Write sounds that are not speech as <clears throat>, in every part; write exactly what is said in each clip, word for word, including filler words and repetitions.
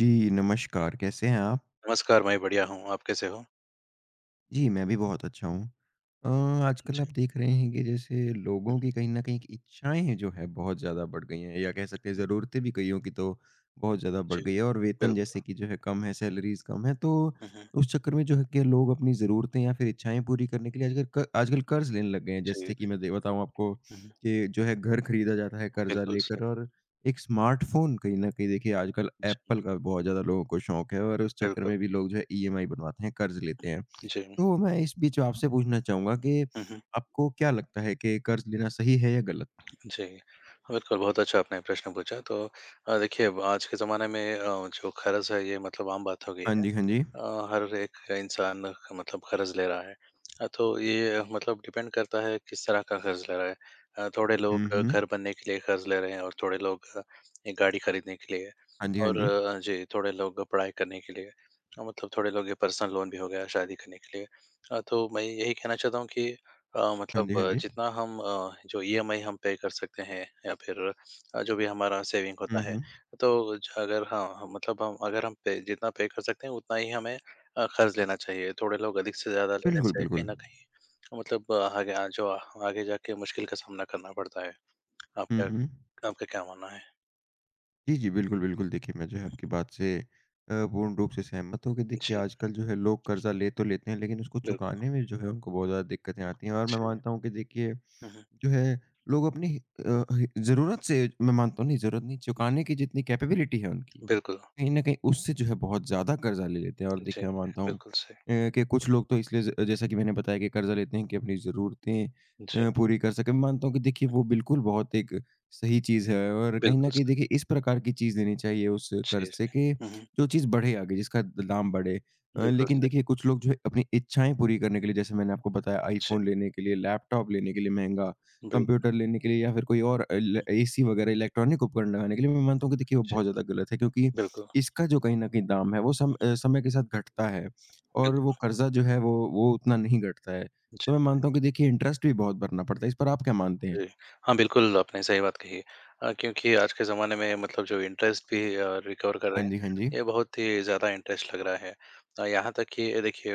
जी, नमस्कार, कैसे हैं आप? नमस्कार, मैं बढ़िया हूँ, आप कैसे हो? जी, मैं भी बहुत अच्छा हूँ। अ, आजकल आप जी। देख रहे हैं कि जैसे हुँ, लोगों की कहीं न कहीं एक इच्छाएँ जो है बहुत ज़्यादा बढ़ गई हैं या कह सकते हैं हुँ, ज़रूरतें भी कईयों की तो बहुत ज़्यादा बढ़ जी, गई है और वेतन बिल्कुल। जैसे कि जो है कम है, सैलरीज़ कम हैं, तो हुँ, हुँ, उस चक्कर में जो है कि लोग अपनी ज़रूरतें या फिर इच्छाएँ पूरी करने के लिए आजकल क आजकल कर्ज़ लेने लग गए हैं। जी, जैसे कि मैं दे बताऊँ आपको हुँ, हुँ, कि जो है घर खरीदा जाता है कर्ज़ा बिल्कुल सही, लेकर और एक स्मार्टफ़ोन कहीं न कहीं देखिए आजकल जी, एप्पल का बहुत ज़्यादा लोगों को शौक है और उस चक्कर बिल्कुल, में भी लोग जो है ईएमआई बनवाते हैं, कर्ज़ लेते हैं। जी, तो मैं इस बीच आपसे पूछना चाहूँगा कि हुँ, हुँ, आपको क्या लगता है कि कर्ज़ लेना सही है या गलत? जी। बिल्कुल, बहुत अच्छा आपने प्रश्न पूछा, तो अ, देखिए, अब आज के ज़माने में अ, जो खर्च है, ये मतलब आम बात हो गई हाँ है। जी, हाँ जी। अ, हर एक इंसान मतलब कर्ज ले रहा है। अ, तो ये मतलब डिपेंड करता है किस तरह का कर्ज ले रहा है। अ, थोड़े हुँ, लोग अ, हुँ। घर बनने के लिए कर्ज ले रहे हैं और थोड़े लोग अ, एक गाड़ी खरीदने के लिए हाँ जी, हाँ और जी। अ, जी, थोड़े लोग पढ़ाई करने के लिए अ, मतलब थोड़े लोग ये पर्सनल लोन भी हो गया शादी करने के लिए। अ, तो मैं यही कहना चाहता हूँ कि अ, हाँ मतलब जी, हाँ अ, जी। जितना हम अ, जो ईएमआई हम पे कर सकते हैं या फिर अ, जो भी हमारा सेविंग हुँ, होता है हुँ। तो ज अगर हाँ, हाँ, मतलब हम अगर हम पे जितना पे कर सकते हैं उतना ही हमें अ, खर्च लेना चाहिए। थोड़े लोग अधिक से ज़्यादा लेने बिल्कुल, से बिल्कुल। कहीं न कहीं मतलब अ, आगे आ जो आ- आगे जाके मुश्किल का सामना करना पड़ता है। हुँ, आपका हुँ। आपका क्या मानना है? जी, जी। बिल्कुल, बिल्कुल। देखिए, मैं जो है आपकी बात से अ, पूर्ण रूप से सहमत हूँ कि देखिए जी, आजकल जो है लोग कर्ज़ा ले तो लेते हैं लेकिन उसको बिल्कुल, चुकाने में जो है उनको बहुत ज़्यादा दिक्कतें आती हैं और मैं सही है। मानता हूँ कि देखिए हुँ, हुँ, जो है लोग अपनी अ, ह ज़रूरत से मैं मानता हूँ नहीं ज़रूरत नहीं चुकाने की जितनी कैपेबिलिटी है उनकी, बिल्कुल, कहीं न कहीं उससे जो है बहुत ज़्यादा कर्ज़ा ले लेते हैं और जी, देखिए मैं मानता हूँ अ, बिल्कुल सही। कि कुछ लोग तो इसलिए ज जैसा कि मैंने बताया कि कर्ज़ा लेते हैं कि अपनी ज़रूरतें जी, अ, पूरी कर सकें। मैं मानता हूँ कि देखिए वो बिल्कुल बहुत एक सही चीज़ है और कहीं न बिल्कुल कहीं सही। देखिए इस प्रकार की चीज़ देनी चाहिए उस जी, कर्ज़ से कि हुँ, हुँ, जो चीज़ बढ़े आगे, जिसका द दाम बढ़े। अ, बिल्कुल लेकिन सही। देखिए कुछ लोग जो है अपनी इच्छाएँ पूरी करने के लिए जैसे मैंने आपको बताया जी, आईफ़ोन लेने के लिए, लैपटॉप लेने के लिए महँगा, बिल्कुल, कंप्यूटर लेने के लिए या फिर कोई और इल एसी वग़ैरह इलेक्ट्रॉनिक उपकरण लगाने के लिए मैं मानता हूँ कि देखिए वो जी, बहुत ज़्यादा गलत है क्योंकि बिल्कुल, इसका जो कहीं न कहीं दाम है वो सम हुँ, हुँ, अ, समय के साथ घटता है और वो बिल्कुल, कर्ज़ा जो है वो वो उतना नहीं घटता है। जी। तो मैं मानता हूँ कि देखिए इंटरेस्ट भी बहुत भरना पड़ता है। इस पर आप क्या मानते हैं? जी। हाँ, बिल्कुल, आपने सही बात कही है। अ, क्योंकि आज के ज़माने में मतलब जो इंटरेस्ट भी अ, रिकवर कर हाँ रहे हैं, जी, हाँ जी। ये बहुत ही ज़्यादा इंटरेस्ट लग रहा है। अ, यहाँ तक कि ये देखिए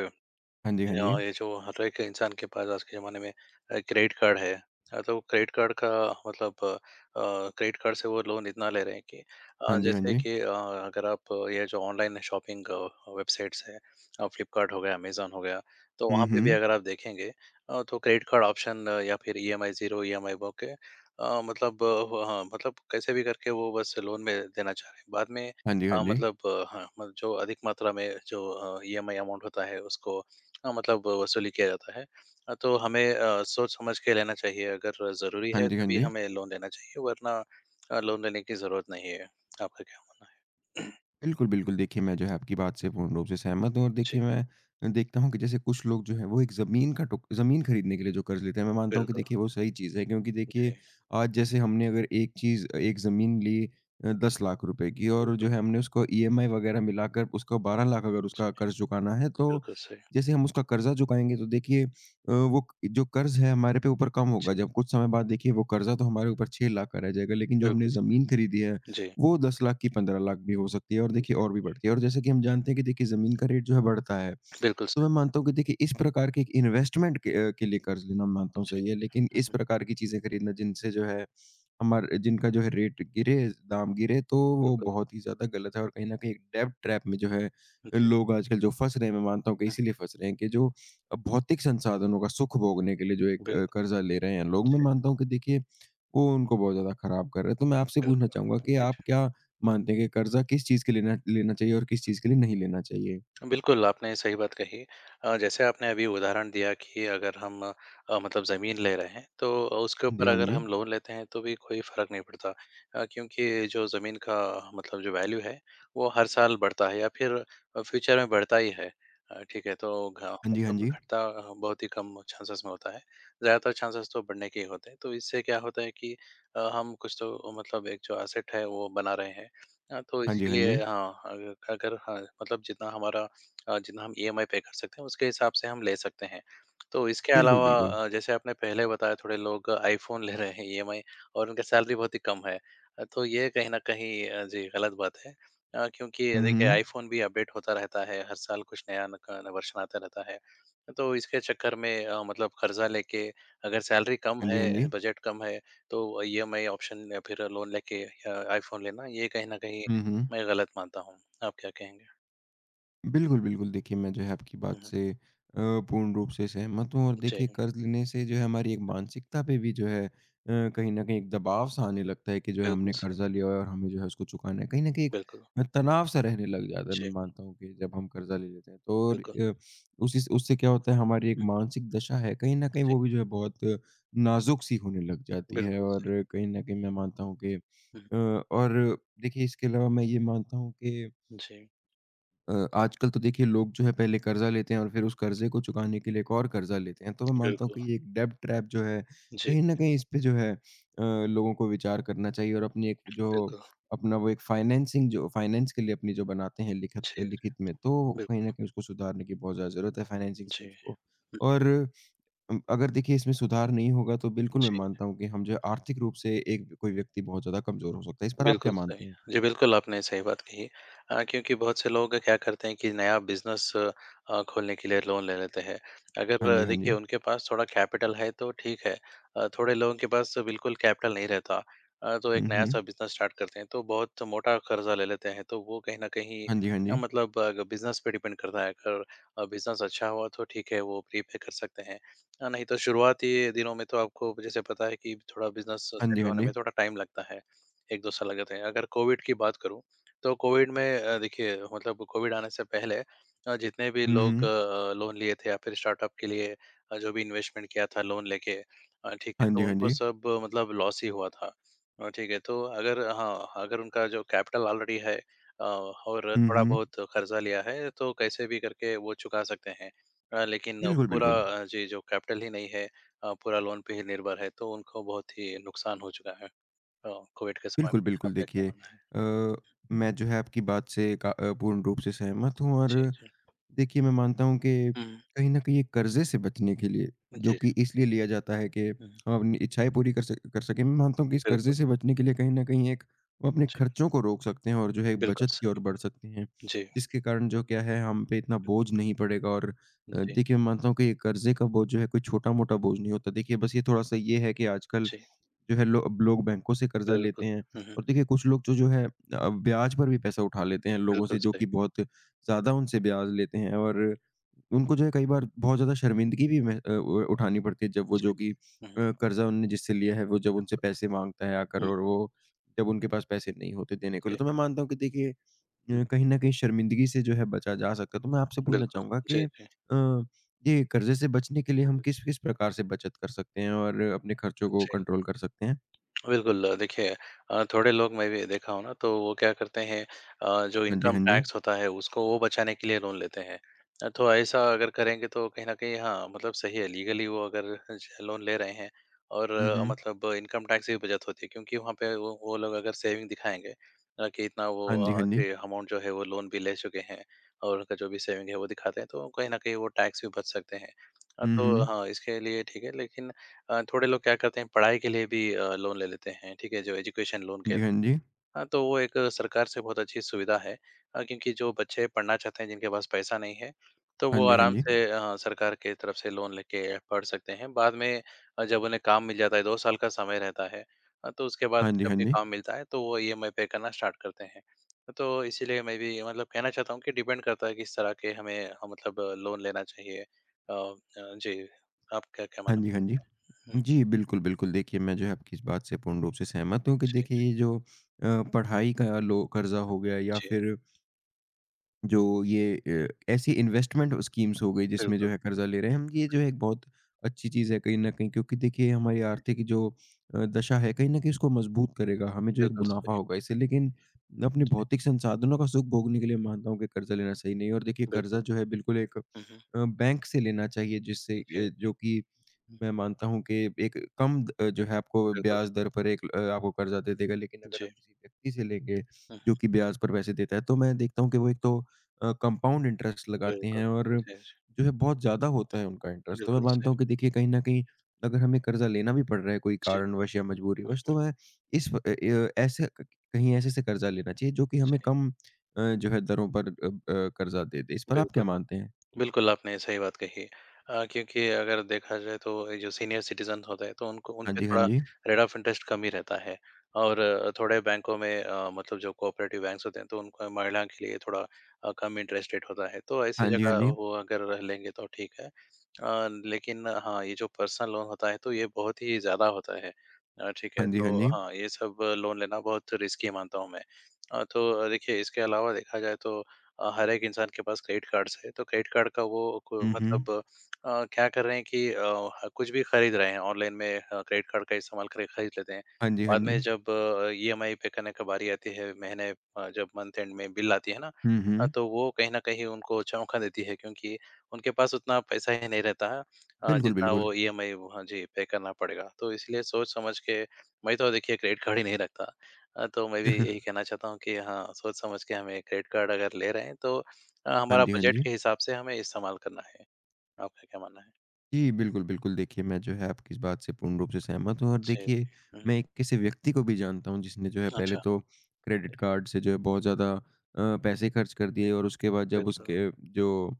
हाँ जी, हाँ जी। यहाँ ये जो हर एक इंसान के पास आज के ज़माने में अ, क्रेडिट कार्ड है। अ, तो क्रेडिट कार्ड का मतलब अ, क्रेडिट कार्ड से वो लोन इतना ले रहे हैं कि हाँ अ, जी, हाँ जैसे जी। कि अ, अगर आप ये जो ऑनलाइन शॉपिंग वेबसाइट्स हैं अ, फ्लिपकार्ट हो गया, अमेज़न हो गया, तो हुँ, वहाँ पे भी हुँ। अगर आप देखेंगे अ, तो क्रेडिट कार्ड ऑप्शन या फिर ईएमआई ज़ीरो ईएमआई बोल के अ, मतलब अ, वो, हाँ, मतलब कैसे भी करके वो बस लोन में देना चाह रहे हैं। बाद में हाँ जी, हाँ अ, जी। मतलब अ, हाँ, मतलब जो अधिक मात्रा में जो अ, ईएमआई अमाउंट होता है उसको अ, मतलब वसूली किया जाता है। अ, तो हमें अ, सोच समझ के लेना चाहिए अगर ज़रूरी हाँ है जी, हाँ तभी जी। हमें लोन लेना चाहिए वरना अ, लोन लेने की ज़रूरत नहीं है। आपका क्या मानना है? <clears throat> बिल्कुल, बिल्कुल। देखिए, मैं जो है आपकी बात से पूर्ण रूप से सहमत हूँ और जी, देखिए मैं देखता हूँ कि जैसे कुछ लोग जो हैं वो एक ज़मीन का टुक ज़मीन खरीदने के लिए जो कर्ज़ लेते हैं, मैं मानता हूँ कि बिल्कुल। देखिए वो सही चीज़ है क्योंकि देखिए जी, आज जैसे हमने अगर एक चीज़ एक ज़मीन ली अ, 10 लाख रुपए की और जो बिल्कुल। है हमने उसको ईएमआई वग़ैरह मिलाकर उसको 12 लाख अगर जी, उसका कर्ज़ चुकाना है, तो बिल्कुल सही। जैसे हम उसका कर्ज़ा चुकाएँगे तो देखिए अ, वो क- जो कर्ज़ है हमारे पे ऊपर कम जी, होगा। जब कुछ समय बाद देखिए वो कर्ज़ा तो हमारे ऊपर 6 लाख का रह जाएगा, लेकिन जो हमने बिल्कुल सही। ज़मीन खरीदी है जी, वो 10 लाख की 15 लाख भी हो सकती है और जी, देखिए और भी बढ़ती है और जैसे कि हम जानते हैं कि देखिए ज़मीन का रेट जो है बढ़ता है। बिल्कुल तो सही। मैं मानता हूँ कि देखिए इस प्रकार के एक इन्वेस्टमेंट के अ, के लिए कर्ज़ लेना मैं मानता हूँ जी, सही है, लेकिन हुँ, इस हुँ, प्रकार की चीज़ें खरीदना जिनसे जो है हमार जिनका जो है रेट गिरे, दाम गिरे तो वो बिल्कुल। बहुत ही ज़्यादा गलत है और कहीं न कहीं एक डेब्ट ट्रैप में जो है जी, लोग आजकल जो फँस रहे हैं, मैं मानता हूँ कि हुँ, इसीलिए फँस रहे हैं कि जो अ, भौतिक संसाधनों का सुख भोगने के लिए जो एक अ, बिल्कुल। कर्ज़ा ले रहे हैं लोग, मैं जी, मानता हूँ कि देखिए वो उनको बहुत ज़्यादा ख़राब कर रहा है। तो मैं आपसे पूछना बिल्कुल। चाहूँगा कि जी, आप जी। क्या मानते हैं कि कर्ज़ा किस चीज़ के लेना लेना चाहिए और किस चीज़ के लिए नहीं लेना चाहिए? बिल्कुल, आपने सही बात कही। अ, जैसे आपने अभी उदाहरण दिया कि अगर हम अ, मतलब ज़मीन ले रहे हैं, तो उसके हाँ जी, ऊपर हाँ अगर जी। हम लोन लेते हैं, तो भी कोई फ़र्क नहीं पड़ता अ, क्योंकि जो ज़मीन का मतलब जो वैल्यू है, वो हर साल बढ़ता है या फिर अ, फ्यूचर में बढ़ता ही है। अ, ठीक है, तो घ हाँ जी, हाँ मतलब जी। घटता अ, बहुत ही कम चांसेस में होता है। ज़्यादातर चांसेस तो बढ़ने के ही होते हैं, तो इससे क्या होता है कि अ, हम कुछ तो मतलब एक जो एसेट है, वो बना रहे हैं। अ, तो हाँ जी, इसके हाँ जी। लिए हाँ, अग अगर हाँ, मतलब जितना हमारा अ, जितना हम ईएमआई पे कर सकते हैं उसके हिसाब से हम ले सकते हैं। तो इसके बिल्कुल, अलावा बिल्कुल। अ, जैसे आपने पहले बताया थोड़े लोग आईफ़ोन ले रहे हैं ईएमआई और उनका सैलरी बहुत ही कम है। अ, तो ये कहीं न कहीं अ, जी गलत बात है अ, क्योंकि हुँ, देखिए हुँ। आईफ़ोन भी अपडेट होता रहता है, हर साल कुछ नया न क वर्शन आता रहता है। तो इसके चक्कर में अ, मतलब कर्ज़ा लेके अगर सैलरी कम हाँ जी, हाँ जी। है, बजट कम है तो ईएमआई ऑप्शन या फिर लोन लेके अ, आईफ़ोन लेना ये कहीं न कहीं हुँ, हुँ। मैं गलत मानता हूँ। आप क्या कहेंगे? बिल्कुल, बिल्कुल। देखिए, मैं जो है आपकी हुँ, बात हुँ। से अ, पूर्ण रूप से सहमत हूँ और जी। देखिए कर्ज़ लेने से जो है हमारी एक मानसिकता पे भी जो है अ, कहीं न कहीं एक दबाव-सा आने लगता है कि जो है बिल्कुल हमने सही, कर्ज़ा लिया हुआ है और हमें जो है उसको चुकाना है। कहीं न कहीं एक बिल्कुल। अ, तनाव-सा रहने लग जाता है, मैं जी, मानता हूँ कि जब हम कर्ज़ा ले लेते हैं तो और बिल्कुल। अ, उसी से उससे क्या होता है हमारी एक हुँ, मानसिक दशा है, कहीं न कहीं जी, वो भी जो है बहुत नाज़ुक-सी होने लग जाती है बिल्कुल और सही। कहीं न कहीं मैं मानता हूँ कि हुँ, अ, और देखिए इसके अलावा मैं ये मानता हूँ कि जी, अ, आजकल तो देखिए लोग जो है पहले कर्ज़ा लेते हैं और फिर उस कर्ज़े को चुकाने के लिए एक और कर्ज़ा लेते हैं। तो मैं मानता हूँ बिल्कुल। कि ये एक डेब्ट ट्रैप जो है, जी, कहीं न कहीं इस पे जो है अ, लोगों को विचार करना चाहिए और अपनी एक जो बिल्कुल। अपना वो एक फाइनेंसिंग जो फाइनेंस के लिए अपनी जो बनाते हैं लिखत जी, लिखित में, तो कहीं न बिल्कुल। कहीं उसको सुधारने की बहुत ज़्यादा ज़रूरत है फाइनेंसिंग जी, स्कीम्स को। हुँ, और अम, अगर देखिए इसमें सुधार नहीं होगा तो बिल्कुल मैं जी। मानता हूँ कि हम जो है आर्थिक रूप से एक कोई व्यक्ति बहुत ज़्यादा कमज़ोर हो सकता है। इस पर आप क्या बिल्कुल सही। मानते हैं? जी, बिल्कुल आपने सही बात कही अ, क्योंकि बहुत से लोग क्या करते हैं कि नया बिज़नेस अ, खोलने के लिए लोन ले लेते हैं। हाँ अगर जी, अ, हाँ जी। देखिए उनके पास थोड़ा कैपिटल है तो ठीक है अ, थोड़े लोगों के पास बिल्कुल कैपिटल नहीं रहता अ, तो एक हुँ, हुँ। नया-सा बिज़नेस स्टार्ट करते हैं तो बहुत मोटा कर्ज़ा ले लेते हैं। तो वो कहीं न कहीं हाँ जी, हाँ अ, जी। मतलब अग बिज़नेस पे डिपेंड करता है। अगर अ, बिज़नेस अच्छा हुआ तो ठीक है वो प्रीपे कर सकते हैं। अ, नहीं तो शुरुआती दिनों में तो आपको जैसे पता है कि थोड़ा बिज़नेस हाँ जी, सेटल हाँ होने जी। में थोड़ा टाइम लगता है। एक दो साल लग जाते हैं। अगर कोविड की बात करूँ, तो कोविड में अ, देखिए मतलब कोविड आने से पहले अ, जितने भी हुँ, लोग हुँ। अ, लोन लिए थे या फिर स्टार्टअप के लिए अ, जो भी इन्वेस्टमेंट किया था लोन लेके अ, ठीक है, हाँ जी, तो हाँ उनको जी। सब अ, मतलब लॉस ही हुआ था। अ, ठीक है, तो अगर हाँ, अगर उनका जो कैपिटल ऑलरेडी है अ, और हुँ, थोड़ा हुँ। बहुत कर्ज़ा लिया है, तो कैसे भी करके वो चुका सकते हैं। अ, लेकिन बिल्कुल, पूरा बिल्कुल। अ, जी, जो कैपिटल ही नहीं है अ, पूरा लोन पे ही निर्भर है, तो उनको बहुत ही नुकसान हो चुका है। अ, कोविड के समय बिल्कुल, पे बिल्कुल। आपका क्या देखिए मानना है? अ, मैं जो है आपकी बात से का अ, पूर्ण रूप से सहमत हूँ और जी, जी। देखिए मैं मानता हूँ कि हुँ, कहीं न कहीं ये कर्ज़े से बचने के लिए जो जी, कि इसलिए लिया जाता है कि हुँ, हम अपनी इच्छाएँ पूरी कर सक कर सकें। मैं मानता हूँ कि इस कर्ज़े बिल्कुल, से बचने के लिए कहीं न कहीं एक हम अपने जी, खर्चों को रोक सकते हैं और जो है बिल्कुल बचत की ओर बढ़ सही। सकते हैं। जी, जिसके कारण जो क्या है हम पे इतना बोझ नहीं पड़ेगा और अ, जी, देखिए मैं मानता हूँ कि ये कर्ज़े का बोझ जो है कोई छोटा-मोटा बोझ नहीं होता। देखिए बस ये थोड़ा-सा ये है कि आजकल जी, जो है लो अब लोग बैंकों से कर्जा लेते बिल्कुल। हैं हुँ, हुँ, और देखिए कुछ लोग तो जो है अ, ब्याज पर भी पैसा उठा लेते हैं लोगों बिल्कुल से जो सही। कि बहुत ज़्यादा उनसे ब्याज लेते हैं और उनको जो है कई बार बहुत ज़्यादा शर्मिंदगी भी मह- अ, उ- उठानी पड़ती है जब वो जी, जो कि हुँ, अ, कर्जा उनने जिससे लिया है वो जब उनसे पैसे मांगता है आकर हुँ, और वो जब उनके पास पैसे नहीं होते देने को लिए जी, तो मैं मानता हूँ कि देखिए हुँ, अ, कहीं ना कहीं शर्मिंदगी से जो है बचा जा सकता है तो मैं आपसे पूछना बिल्कुल। चाहूंगा कि जी, जी, अ, ये कर्जे से बचने के लिए हम किस किस प्रकार से बचत कर सकते हैं और अपने खर्चों को जी। कंट्रोल कर सकते हैं। बिल्कुल, देखिए अ, थोड़े लोग मैं भी देखा हूँ ना तो वो क्या करते हैं अ, जो हाँ जी, इनकम हाँ जी। टैक्स होता है उसको वो बचाने के लिए लोन लेते हैं। अ, तो ऐसा अगर करेंगे तो कहीं न कहीं हाँ, मतलब सही है लीगली वो अगर ज लोन ले रहे हैं और हुँ, अ, हुँ। मतलब इनकम टैक्स की भी बचत होती है क्योंकि वहाँ पे वो वो लोग अगर सेविंग दिखाएँगे अ, कि इतना वो हाँ जी, हाँ अ, जी। जो अमाउंट जो है वो लोन भी ले चुके हैं और उनका जो भी सेविंग है वो दिखाते हैं तो कहीं न कहीं वो टैक्स भी बच सकते हैं। अ, हुँ, तो हुँ। हाँ, इसके लिए ठीक है लेकिन अ, थोड़े लोग क्या करते हैं पढ़ाई के लिए भी अ, लोन ले लेते हैं, ठीक है? जो एजुकेशन लोन जी, कहते हाँ जी। हाँ, तो वो एक सरकार से बहुत अच्छी सुविधा है अ, क्योंकि जो बच्चे पढ़ना चाहते हैं जिनके पास पैसा नहीं है, तो हाँ वो जी, हाँ आराम जी। से अ, सरकार के तरफ से लोन लेके पढ़ सकते हैं। बाद में अ, जब उन्हें काम मिल जाता है दो साल का समय रहता है अ, तो उसके बाद हाँ जी, जब हाँ भी जी। काम मिलता है तो वो ईएमआई पे करना स्टार्ट करते हैं। तो इसीलिए मैं भी मतलब कहना चाहता हूँ कि डिपेंड करता है किस तरह के हमें अ, मतलब लोन लेना चाहिए। अ अ, जी, आपका क्या हाँ मानना जी, हाँ जी। है? हुँ, जी, बिल्कुल, बिल्कुल। देखिए, मैं जो है आपकी इस बात से पूर्ण रूप से सहमत हूँ कि जी। देखिए, ये जो अ, पढ़ाई का लो कर्ज़ा हो गया या जी, फिर जो ये अ, ऐसी इन्वेस्टमेंट स्कीम्स हो गई जिसमें जो बिल्कुल, है कर्जा ले रहे हैं हम ये जो है एक बहुत अच्छी चीज़ है कहीं न कहीं क्योंकि देखिए हमारी आर्थिक जो अ, दशा है कहीं न कहीं उसको मजबूत करेगा, हमें जो एक बिल्कुल मुनाफ़ा सही। होगा इससे लेकिन अपने जी, भौतिक संसाधनों का सुख भोगने के लिए मानता हूँ कि कर्जा लेना सही नहीं है और देखिए कर्जा बिल्कुल। जो है बिल्कुल एक अ, हुँ, हुँ। बैंक से लेना चाहिए जिससे अ, जी, जो कि हुँ, मैं मानता हूँ कि एक कम द अ, जो है आपको बिल्कुल। ब्याज दर पर एक अ, आपको कर्ज़ा दे देगा। लेकिन अगर जी, आप किसी व्यक्ति से लेंगे हुँ, जो कि ब्याज पर पैसे देता है, तो मैं देखता हूँ कि वो एक तो अ, कंपाउंड इंटरेस्ट लगाते बिल्कुल। हैं और जी, जी, जो है बहुत ज़्यादा होता हुँ, है उनका इंटरेस्ट। तो मैं बिल्कुल मानता सही। हूँ कि देखिए कहीं न कहीं अगर हमें कर्ज़ा लेना भी पड़ रहा है कोई जी, कारणवश या हुँ, मजबूरीवश हुँ। तो मैं इस अ, य ऐसे क कहीं ऐसे से कर्ज़ा लेना चाहिए जो कि हमें जी, कम अ, जो है दरों पर अ अ, कर्ज़ा दे दे। इस पर आप क्या बिल्कुल। मानते हैं? बिल्कुल, आपने सही बात कही है। अ, क्योंकि अगर देखा जाए तो ये जो सीनियर सिटीज़न होते हैं तो उनको उन हाँ पे जी, हाँ थोड़ा जी। रेट ऑफ इंटरेस्ट कम ही रहता है और अ, थोड़े बैंकों में अ, मतलब जो कोऑपरेटिव बैंक्स होते हैं तो उनको महिला के लिए थोड़ा अ, कम इंटरेस्ट रेट होता है। तो ऐसी हाँ जी, हाँ जगह जी। वो अगर रह लेंगे तो ठीक है। अ, लेकिन हाँ, ये जो पर्सनल लोन होता है तो ये बहुत ही ज़्यादा होता है। अ, ठीक है, हाँ जी, हाँ तो जी। हाँ, ये सब लोन लेना बहुत रिस्की मानता हूँ मैं। अ, तो देखिए इसके अलावा देखा जाए तो अ, हर एक इंसान के पास क्रेडिट कार्ड्स है तो क्रेडिट कार्ड का वो को- हुँ, हुँ। मतलब अ, क्या कर रहे हैं कि अ, ह- कुछ भी खरीद रहे हैं ऑनलाइन में क्रेडिट कार्ड का इस्तेमाल कर खरीद लेते हैं हाँ जी, हाँ बाद में जी। जब ईएमआई पे करने का बारी आती है महीने अ, जब मंथ एंड में बिल आती है ना हुँ, अ, हुँ। तो वो कहीं ना कहीं उनको चौंका देती है क्योंकि उनके पास उतना पैसा ही नहीं रहता है अ, बिल्कुल, जितना बिल्कुल। वो ईएमआई जी पे करना पड़ेगा तो इसलिए सोच समझ के मैं तो देखिए क्रेडिट कार्ड ही नहीं रखता अ, तो मैं भी यही <laughs> कहना चाहता हूँ कि हाँ, सोच समझ के हमें क्रेडिट कार्ड अगर ले रहे हैं तो अ, हाँ हमारा जी, हाँ बजट जी। के हिसाब से हमें इस्तेमाल करना है। आपका क्या मानना है? जी, बिल्कुल, बिल्कुल। देखिए, मैं जो है आपकी इस बात से पूर्ण रूप से सहमत हूँ और जी, देखिए, जी। हुँ, मैं एक किसी व्यक्ति को भी जानता हूँ जिसने जो है पहले अच्छा, तो क्रेडिट कार्ड से जो है बहुत ज़्यादा अ, पैसे खर्च कर दिए और उसके बाद जब बिल्कुल। उसके जो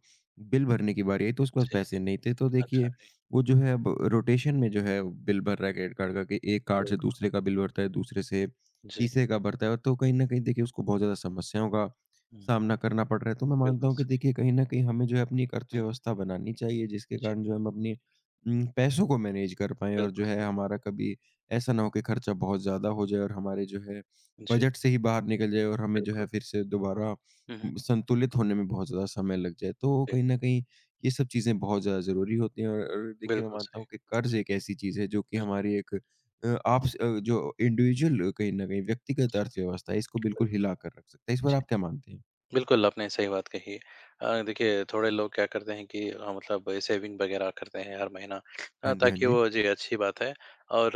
बिल भरने की बारी आई तो उसके पास जी, पैसे नहीं थे। तो अच्छा देखिए, जी, वो जो है अब रोटेशन में जो है बिल भर रहा है क्रेडिट कार्ड का कि एक कार्ड से बिल्कुल। दूसरे का बिल भरता है, दूसरे से जी, तीसरे का भरता है। तो कहीं न कहीं देखिए उसको बहुत ज़्यादा समस्याओं का हुँ, सामना करना पड़ रहा है। तो मैं मानता बिल्कुल हूँ कि सही। देखिए कहीं न कहीं हमें जो है अपनी एक हुँ, अर्थव्यवस्था बनानी चाहिए जिसके जी, कारण जो है हम अपनी उम, पैसों को मैनेज कर पाएँ और जो बिल्कुल है सही। हमारा कभी ऐसा ना हो कि खर्चा बहुत ज़्यादा हो जाए और हमारे जो है जी, बजट से ही बाहर निकल जाए और हमें जो है बिल्कुल। फिर से दोबारा हुँ, हुँ, उम, संतुलित होने में बहुत ज़्यादा समय लग जाए। तो जी, कहीं न कहीं ये सब चीज़ें बहुत ज़्यादा ज़रूरी होती हैं और और देखिए मैं बिल्कुल मानता सही। हूँ कि कर्ज़ एक ऐसी चीज़ है जो कि हुँ, हमारी एक अ, आपस अ, जो इंडिविजुअल कहीं न कहीं व्यक्तिगत जी, अर्थव्यवस्था है इसको बिल्कुल बिल्कुल। हिला कर रख सकता है। इस पर आप क्या मानते हैं? बिल्कुल, आपने सही बात कही है। अ, देखिए थोड़े लोग क्या करते हैं कि अ, मतलब सेविंग वगैरह करते हैं हर महीना हाँ अ, जी, हाँ ताकि जी। वो जी, अच्छी बात है और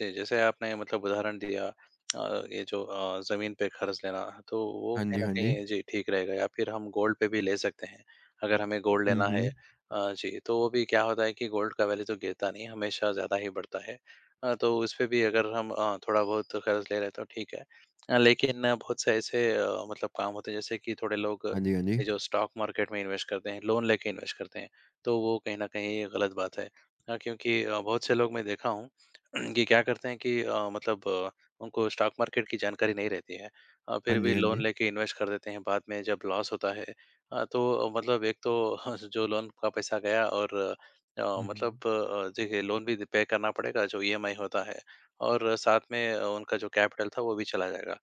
ज जैसे आपने मतलब उदाहरण दिया अ, ये जो अ, ज़मीन पे क़र्ज़ लेना, तो वो हाँ कहीं जी, न हाँ जी। कहीं जी, ठीक रहेगा या फिर हम गोल्ड पे भी ले सकते हैं, अगर हमें गोल्ड हुँ, लेना है। हुँ। अ, जी, तो वो भी क्या होता है कि गोल्ड का वैल्यू तो गिरता नहीं, हमेशा ज़्यादा ही बढ़ता है। अ, तो उसपे भी अगर हम अ, थोड़ा बहुत क़र्ज़ ले रहे हैं तो ठीक है। अ, लेकिन अ, बहुत से ऐसे अ, मतलब काम होते हैं जैसे कि थोड़े लोग अ, हाँ जी, हाँ जी। ये जो स्टॉक मार्केट में इन्वेस्ट करते हैं, लोन लेके इन्वेस्ट करते हैं, तो वो कहीं न कहीं गलत बात है। अ, क्योंकि अ, बहुत से लोग मैं देखा हूँ <clears throat> कि क्या करते हैं कि अ, मतलब अ, उनको स्टॉक मार्केट की जानकारी नहीं रहती है। अ, हाँ फिर जी, भी हाँ लोन जी। लेके इन्वेस्ट कर देते हैं, बाद में जब लॉस होता है अ, तो अ, मतलब एक तो <laughs> जो लोन का पैसा गया और अ, अ, हुँ, मतलब हुँ। अ, देखिए लोन भी पे करना पड़ेगा जो ईएमआई होता है और साथ में अ, उनका जो कैपिटल था वो भी चला जाएगा।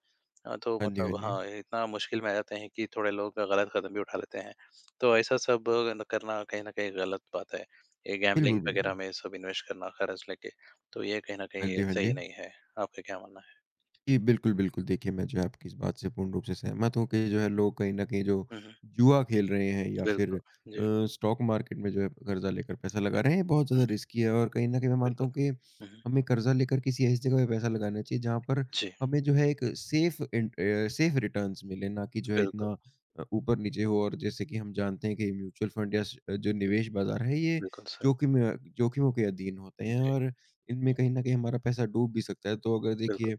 हाँ, तो हाँ जी, हाँ मतलब जी। हाँ, इतना मुश्किल में आ जाते हैं कि थोड़े लोग गलत कदम भी उठा लेते हैं। तो ऐसा सब न करना कहीं न कहीं गलत बात है। ये बिल्कुल, गैम्बलिंग बिल्कुल। वगैरह में सब इन्वेस्ट करना कर्ज़ लेके, तो ये कहीं न हाँ जी, कहीं हाँ जी। सही नहीं है। आपका क्या मानना है? जी, बिल्कुल, बिल्कुल। देखिए, मैं जो है आपकी इस बात से पूर्ण रूप से सहमत हूँ जी। कि जो है लोग कहीं न कहीं जो हुँ, हुँ, जुआ खेल रहे हैं या फिर बिल्कुल। अ, जी, स्टॉक मार्केट में जो है कर्ज़ा लेकर पैसा लगा जी, रहे हैं, ये बहुत ज़्यादा रिस्की है और कहीं न कहीं मैं मानता बिल्कुल। हूँ कि हुँ, हुँ। हमें कर्ज़ा लेकर किसी ऐसी जगह पे पैसा लगाना चाहिए जहाँ पर जी, हमें जो है एक सेफ़ इंट अ, सेफ़ रिटर्न्स मिले, ना कि जो है बिल्कुल, इतना अ, ऊपर-नीचे हो और जैसे कि हम जानते हैं कि म्यूचुअल फ़ंड या श जो निवेश बाज़ार है, ये बिल्कुल सर। जोखिम अ, जोखिमों के अधीन होते हैं जी, और इनमें हुँ, कहीं न कहीं हमारा पैसा डूब भी सकता है। तो अगर बिल्कुल। देखिए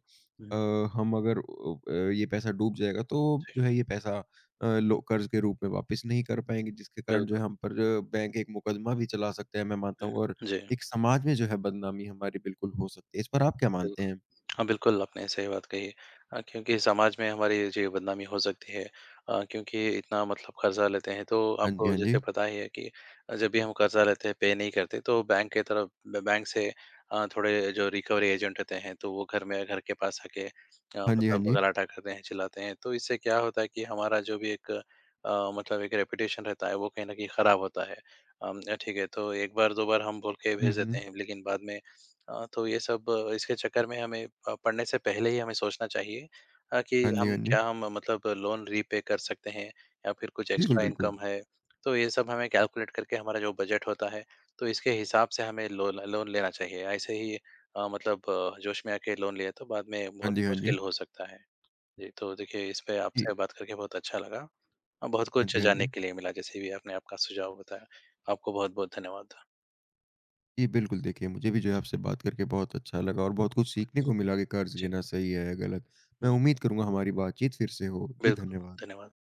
अ, हुँ, हम अगर अ अ, ये पैसा डूब जाएगा तो जी, जो है ये पैसा अ, लो कर्ज के रूप में वापस नहीं कर पाएँगे जिसके कारण जो है बिल्कुल। हम पर अ, बैंक एक मुकदमा भी चला सकता है मैं मानता हुँ, हूँ और जी, एक समाज में जो है बदनामी हमारी बिल्कुल हो सकती है। इस पर आप क्या मानते बिल्कुल। हैं? हाँ, बिल्कुल, आपने सही बात कही अ, क्योंकि समाज में हमारी जी बदनामी हो सकती है अ, क्योंकि इतना मतलब कर्ज़ा लेते हैं, तो हाँ जी, आपको हाँ जी। जैसे पता ही है कि जब भी हम कर्ज़ा लेते हैं, पे नहीं करते, तो बैंक के तरफ ब बैंक से अ, थोड़े जो रिकवरी एजेंट होते हैं, तो वो घर में घर के पास आके अ, हाँ जी, हाँ मतलब जी। गलाटा करते हैं, चिल्लाते हैं। तो इससे क्या होता है कि हमारा जो भी एक अ, मतलब एक रेपुटेशन रहता है, वो कहीं न कहीं खराब होता है। अम, अ, ठीक है, तो एक बार, दो बार हम बोल के हुँ, भेज हुँ। देते हैं, लेकिन बाद में अ, तो ये सब अ, इसके चक्कर में हमें अ, पढ़ने से पहले ही हमें सोचना चाहिए अ, कि हाँ जी, हाँ हम जी। क्या हम अ, मतलब लोन रीपे कर सकते हैं या फिर कुछ बिल्कुल, एक्स्ट्रा बिल्कुल। इनकम है। तो ये सब हमें कैलकुलेट करके हमारा जो बजट होता है, तो इसके हिसाब से हमें लोन लोन लेना चाहिए। ऐसे ही अ, मतलब अ, जोश में आके लोन लिया तो बाद में हाँ बहुत जी, हाँ जी। मुश्किल हो सकता है। जी, तो देखिए इस पे जी। आपसे बात करके बहुत अच्छा लगा अ, बहुत हाँ कुछ जी, हाँ जानने जी। के लिए मिला जैसे भी आपने आपका सुझाव बताया। आपको बहुत-बहुत धन्यवाद। जी, बिल्कुल देखिए मुझे भी जो है आपसे बात करके बहुत अच्छा लगा और बहुत कुछ सीखने हुँ, को मिला कि कर्ज़ जी, लेना सही है या गलत। मैं हुँ, उम्मीद करूँगा हमारी बातचीत फिर से हो। जी, बिल्कुल, धन्यवाद। धन्यवाद।